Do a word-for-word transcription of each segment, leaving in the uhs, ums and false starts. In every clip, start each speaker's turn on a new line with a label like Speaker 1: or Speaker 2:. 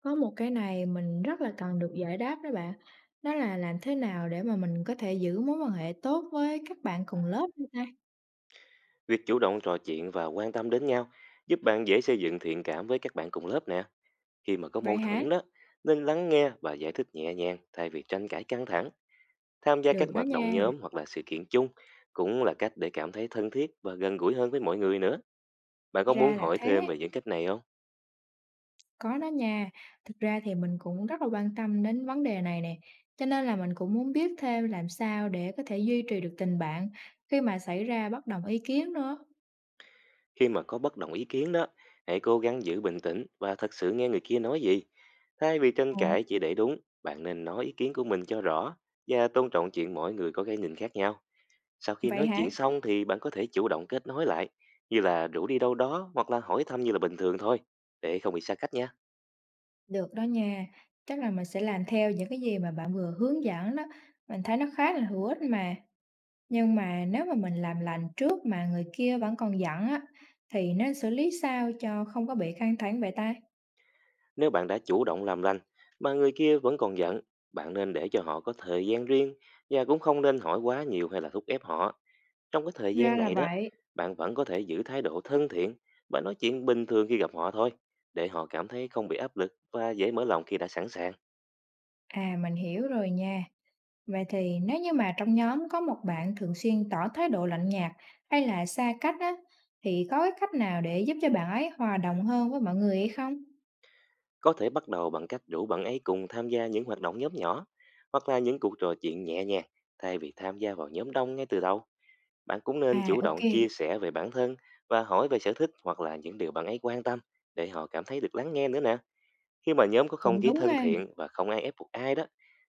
Speaker 1: Có một cái này mình rất là cần được giải đáp đó bạn. Đó là làm thế nào để mà mình có thể giữ mối quan hệ tốt với các bạn cùng lớp vậy ta?
Speaker 2: Việc chủ động trò chuyện và quan tâm đến nhau giúp bạn dễ xây dựng thiện cảm với các bạn cùng lớp nè. Khi mà có
Speaker 1: Vậy
Speaker 2: mâu
Speaker 1: hả?
Speaker 2: thuẫn đó, nên lắng nghe và giải thích nhẹ nhàng thay vì tranh cãi căng thẳng. Tham gia
Speaker 1: Được
Speaker 2: các
Speaker 1: đó
Speaker 2: hoạt động
Speaker 1: nha.
Speaker 2: nhóm hoặc là sự kiện chung cũng là cách để cảm thấy thân thiết và gần gũi hơn với mọi người nữa. Bạn có
Speaker 1: Ra
Speaker 2: muốn
Speaker 1: là
Speaker 2: hỏi thêm
Speaker 1: thế.
Speaker 2: về những cách này không?
Speaker 1: Có đó nha. Thực ra thì mình cũng rất là quan tâm đến vấn đề này nè. Cho nên là mình cũng muốn biết thêm làm sao để có thể duy trì được tình bạn khi mà xảy ra bất đồng ý kiến nữa.
Speaker 2: Khi mà có bất đồng ý kiến đó, hãy cố gắng giữ bình tĩnh và thật sự nghe người kia nói gì. Thay vì tranh
Speaker 1: Ồ,
Speaker 2: cãi chỉ để đúng, bạn nên nói ý kiến của mình cho rõ và tôn trọng chuyện mỗi người có cái nhìn khác nhau. Sau khi
Speaker 1: vậy
Speaker 2: nói
Speaker 1: hả?
Speaker 2: chuyện xong thì bạn có thể chủ động kết nối lại, như là rủ đi đâu đó hoặc là hỏi thăm như là bình thường thôi, để không bị xa cách nha.
Speaker 1: Được đó nha. Chắc là mình sẽ làm theo những cái gì mà bạn vừa hướng dẫn đó. Mình thấy nó khá là hữu ích mà. Nhưng mà nếu mà mình làm lành trước mà người kia vẫn còn giận á, thì nên xử lý sao cho không có bị căng thẳng vậy ta?
Speaker 2: Nếu bạn đã chủ động làm lành mà người kia vẫn còn giận, bạn nên để cho họ có thời gian riêng và cũng không nên hỏi quá nhiều hay là thúc ép họ. Trong cái thời
Speaker 1: Ra
Speaker 2: gian
Speaker 1: là
Speaker 2: này đó,
Speaker 1: vậy.
Speaker 2: bạn vẫn có thể giữ thái độ thân thiện và nói chuyện bình thường khi gặp họ thôi, để họ cảm thấy không bị áp lực và dễ mở lòng khi đã sẵn sàng.
Speaker 1: À mình hiểu rồi nha. Vậy thì nếu như mà trong nhóm có một bạn thường xuyên tỏ thái độ lạnh nhạt hay là xa cách á, thì có cái cách nào để giúp cho bạn ấy hòa đồng hơn với mọi người hay không?
Speaker 2: Có thể bắt đầu bằng cách rủ bạn ấy cùng tham gia những hoạt động nhóm nhỏ hoặc là những cuộc trò chuyện nhẹ nhàng thay vì tham gia vào nhóm đông ngay từ đầu. Bạn cũng nên
Speaker 1: À
Speaker 2: chủ
Speaker 1: ok,
Speaker 2: động chia sẻ về bản thân và hỏi về sở thích hoặc là những điều bạn ấy quan tâm để họ cảm thấy được lắng nghe nữa nè. Khi mà nhóm có không
Speaker 1: cũng
Speaker 2: khí
Speaker 1: đúng
Speaker 2: thân
Speaker 1: ha.
Speaker 2: thiện và không ai ép buộc ai đó,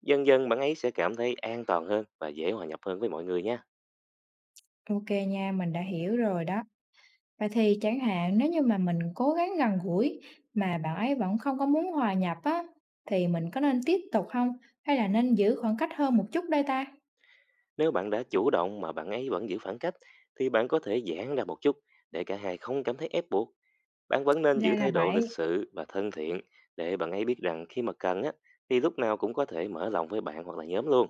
Speaker 2: dần dần bạn ấy sẽ cảm thấy an toàn hơn và dễ hòa nhập hơn với mọi người nha.
Speaker 1: Ok nha, mình đã hiểu rồi đó. Vậy thì chẳng hạn nếu như mà mình cố gắng gần gũi mà bạn ấy vẫn không có muốn hòa nhập á, thì mình có nên tiếp tục không, hay là nên giữ khoảng cách hơn một chút đây ta?
Speaker 2: Nếu bạn đã chủ động mà bạn ấy vẫn giữ khoảng cách thì bạn có thể giãn ra một chút để cả hai không cảm thấy ép buộc. Bạn vẫn nên
Speaker 1: Ra
Speaker 2: giữ
Speaker 1: là
Speaker 2: thái độ lịch
Speaker 1: vậy,
Speaker 2: sự và thân thiện để bạn ấy biết rằng khi mà cần á, thì lúc nào cũng có thể mở lòng với bạn hoặc là nhóm luôn.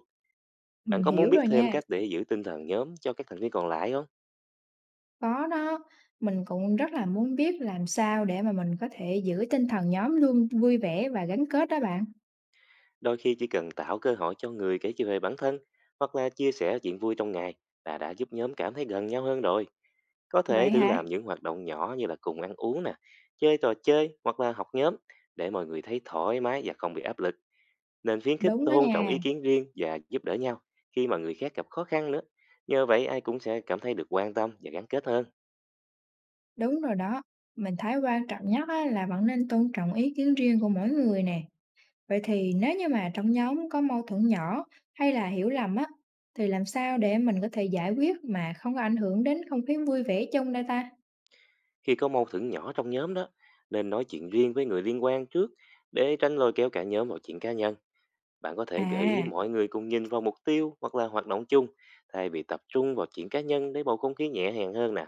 Speaker 2: Bạn
Speaker 1: mình
Speaker 2: có muốn
Speaker 1: hiểu
Speaker 2: biết
Speaker 1: rồi
Speaker 2: thêm
Speaker 1: nha.
Speaker 2: cách để giữ tinh thần nhóm cho các thành viên còn lại không?
Speaker 1: Có đó, mình cũng rất là muốn biết làm sao để mà mình có thể giữ tinh thần nhóm luôn vui vẻ và gắn kết đó bạn.
Speaker 2: Đôi khi chỉ cần tạo cơ hội cho người kể chuyện về bản thân hoặc là chia sẻ chuyện vui trong ngày là đã giúp nhóm cảm thấy gần nhau hơn rồi. Có thể
Speaker 1: Vậy
Speaker 2: thử
Speaker 1: hả?
Speaker 2: làm những hoạt động nhỏ như là cùng ăn uống nè, chơi trò chơi hoặc là học nhóm, để mọi người thấy thoải mái và không bị áp lực. Nên khuyến khích
Speaker 1: Đúng đó
Speaker 2: tôn trọng
Speaker 1: nha,
Speaker 2: ý kiến riêng và giúp đỡ nhau khi mà người khác gặp khó khăn nữa. Nhờ vậy, ai cũng sẽ cảm thấy được quan tâm và gắn kết hơn.
Speaker 1: đúng rồi đó. Mình thấy quan trọng nhất á là vẫn nên tôn trọng ý kiến riêng của mỗi người nè. Vậy thì nếu như mà trong nhóm có mâu thuẫn nhỏ hay là hiểu lầm á, thì làm sao để mình có thể giải quyết mà không có ảnh hưởng đến không khí vui vẻ chung đây ta?
Speaker 2: Khi có mâu thuẫn nhỏ trong nhóm đó, nên nói chuyện riêng với người liên quan trước để tránh lôi kéo cả nhóm vào chuyện cá nhân. Bạn có thể gợi ý
Speaker 1: À,
Speaker 2: mọi người cùng nhìn vào mục tiêu hoặc là hoạt động chung, thay vì tập trung vào chuyện cá nhân, để bầu không khí nhẹ nhàng hơn nè.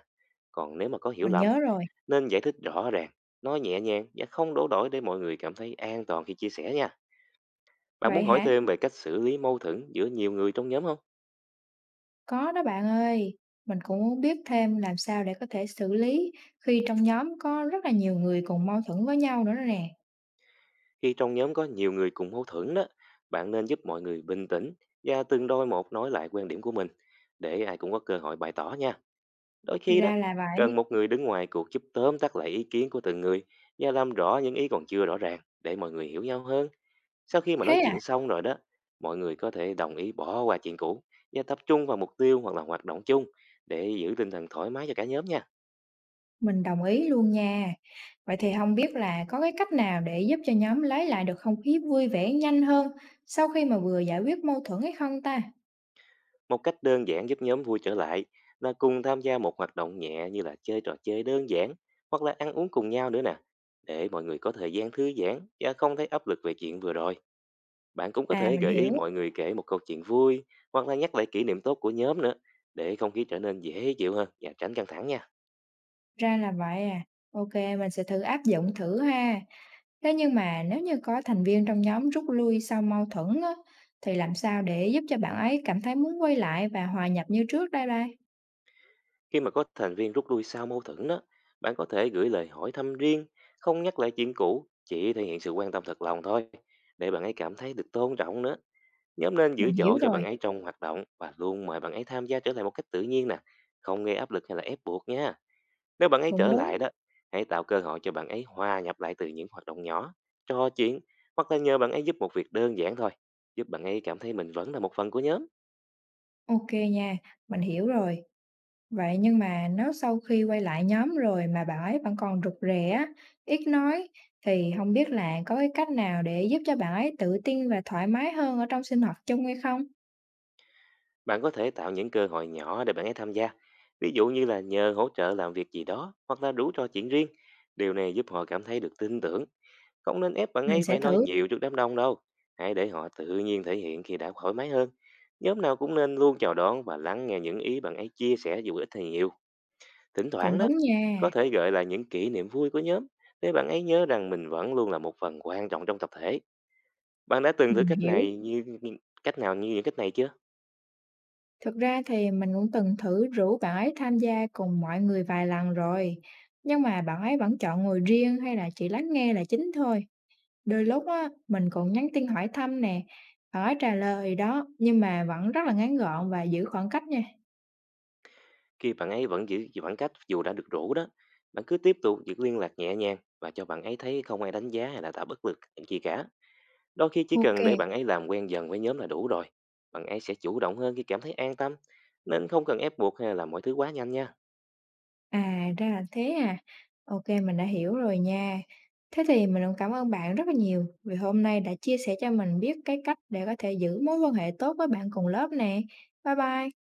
Speaker 2: Còn nếu mà có hiểu
Speaker 1: mình
Speaker 2: lầm,
Speaker 1: nhớ rồi.
Speaker 2: nên giải thích rõ ràng, nói nhẹ nhàng và không đổ lỗi để mọi người cảm thấy an toàn khi chia sẻ nha. Bạn
Speaker 1: Vậy
Speaker 2: muốn hỏi
Speaker 1: hả?
Speaker 2: thêm về cách xử lý mâu thuẫn giữa nhiều người trong nhóm không?
Speaker 1: Có đó bạn ơi. Mình cũng muốn biết thêm làm sao để có thể xử lý khi trong nhóm có rất là nhiều người cùng mâu thuẫn với nhau nữa đó nè.
Speaker 2: Khi trong nhóm có nhiều người cùng mâu thuẫn đó, bạn nên giúp mọi người bình tĩnh và từng đôi một nói lại quan điểm của mình để ai cũng có cơ hội bày tỏ nha. Đôi khi đó,
Speaker 1: Ra là
Speaker 2: cần
Speaker 1: vậy.
Speaker 2: một người đứng ngoài cuộc giúp tóm tắt lại ý kiến của từng người và làm rõ những ý còn chưa rõ ràng để mọi người hiểu nhau hơn. Sau khi mà nói
Speaker 1: Thế.
Speaker 2: chuyện xong rồi đó, mọi người có thể đồng ý bỏ qua chuyện cũ và tập trung vào mục tiêu hoặc là hoạt động chung để giữ tinh thần thoải mái cho cả nhóm nha.
Speaker 1: Mình đồng ý luôn nha. Vậy thì không biết là có cái cách nào để giúp cho nhóm lấy lại được không khí vui vẻ nhanh hơn sau khi mà vừa giải quyết mâu thuẫn hay không ta?
Speaker 2: Một cách đơn giản giúp nhóm vui trở lại là cùng tham gia một hoạt động nhẹ như là chơi trò chơi đơn giản hoặc là ăn uống cùng nhau nữa nè. Để mọi người có thời gian thư giãn và không thấy áp lực về chuyện vừa rồi. Bạn cũng có
Speaker 1: À,
Speaker 2: thể
Speaker 1: mình
Speaker 2: gợi ý
Speaker 1: hiểu,
Speaker 2: mọi người kể một câu chuyện vui hoặc là nhắc lại kỷ niệm tốt của nhóm nữa để không khí trở nên dễ chịu hơn và tránh căng thẳng nha.
Speaker 1: ra là vậy à. Ok, mình sẽ thử áp dụng thử ha. Thế nhưng mà nếu như có thành viên trong nhóm rút lui sau mâu thuẫn á, thì làm sao để giúp cho bạn ấy cảm thấy muốn quay lại và hòa nhập như trước đây đây?
Speaker 2: Khi mà có thành viên rút lui sau mâu thuẫn đó, bạn có thể gửi lời hỏi thăm riêng, không nhắc lại chuyện cũ, chỉ thể hiện sự quan tâm thật lòng thôi để bạn ấy cảm thấy được tôn trọng nữa. Nhóm nên giữ
Speaker 1: Mình hiểu
Speaker 2: chỗ cho bạn
Speaker 1: rồi,
Speaker 2: ấy trong hoạt động và luôn mời bạn ấy tham gia trở lại một cách tự nhiên nè, không gây áp lực hay là ép buộc nha. Nếu bạn ấy
Speaker 1: cũng
Speaker 2: trở
Speaker 1: đúng,
Speaker 2: lại đó, hãy tạo cơ hội cho bạn ấy hòa nhập lại từ những hoạt động nhỏ, trò chuyện hoặc là nhờ bạn ấy giúp một việc đơn giản thôi, giúp bạn ấy cảm thấy mình vẫn là một phần của nhóm.
Speaker 1: ok nha, mình hiểu rồi. Vậy nhưng mà nếu sau khi quay lại nhóm rồi mà bạn ấy vẫn còn rụt rè á, ít nói, thì không biết là có cái cách nào để giúp cho bạn ấy tự tin và thoải mái hơn ở trong sinh hoạt chung hay không?
Speaker 2: Bạn có thể tạo những cơ hội nhỏ để bạn ấy tham gia, ví dụ như là nhờ hỗ trợ làm việc gì đó hoặc là đủ trò chuyện riêng. Điều này giúp họ cảm thấy được tin tưởng. Không nên ép bạn
Speaker 1: Mình
Speaker 2: ấy
Speaker 1: sẽ
Speaker 2: phải nói
Speaker 1: thử.
Speaker 2: nhiều trước đám đông đâu. Hãy để họ tự nhiên thể hiện khi đã thoải mái hơn. Nhóm nào cũng nên luôn chào đón và lắng nghe những ý bạn ấy chia sẻ dù ít hay nhiều. Thỉnh
Speaker 1: Cũng
Speaker 2: thoảng đó,
Speaker 1: đúng
Speaker 2: có
Speaker 1: nha,
Speaker 2: thể gợi lại những kỷ niệm vui của nhóm để bạn ấy nhớ rằng mình vẫn luôn là một phần quan trọng trong tập thể. Bạn đã từng thử
Speaker 1: mình
Speaker 2: cách
Speaker 1: hiểu.
Speaker 2: này như như- cách nào như những cách này chưa?
Speaker 1: Thực ra thì mình cũng từng thử rủ bạn ấy tham gia cùng mọi người vài lần rồi. Nhưng mà bạn ấy vẫn chọn ngồi riêng hay là chỉ lắng nghe là chính thôi. Đôi lúc á, mình cũng nhắn tin hỏi thăm nè, bạn ấy trả lời đó, nhưng mà vẫn rất là ngắn gọn và giữ khoảng cách nha.
Speaker 2: Khi bạn ấy vẫn giữ khoảng cách dù đã được rủ đó, bạn cứ tiếp tục giữ liên lạc nhẹ nhàng và cho bạn ấy thấy không ai đánh giá hay là tạo bất lực gì cả. Đôi khi chỉ cần để
Speaker 1: OK,
Speaker 2: bạn ấy làm quen dần với nhóm là đủ rồi. Bạn ấy sẽ chủ động hơn khi cảm thấy an tâm, nên không cần ép buộc hay là làm mọi thứ quá nhanh nha.
Speaker 1: à, ra là thế à. OK mình đã hiểu rồi nha. Thế thì mình cũng cảm ơn bạn rất là nhiều vì hôm nay đã chia sẻ cho mình biết cái cách để có thể giữ mối quan hệ tốt với bạn cùng lớp nè. Bye bye.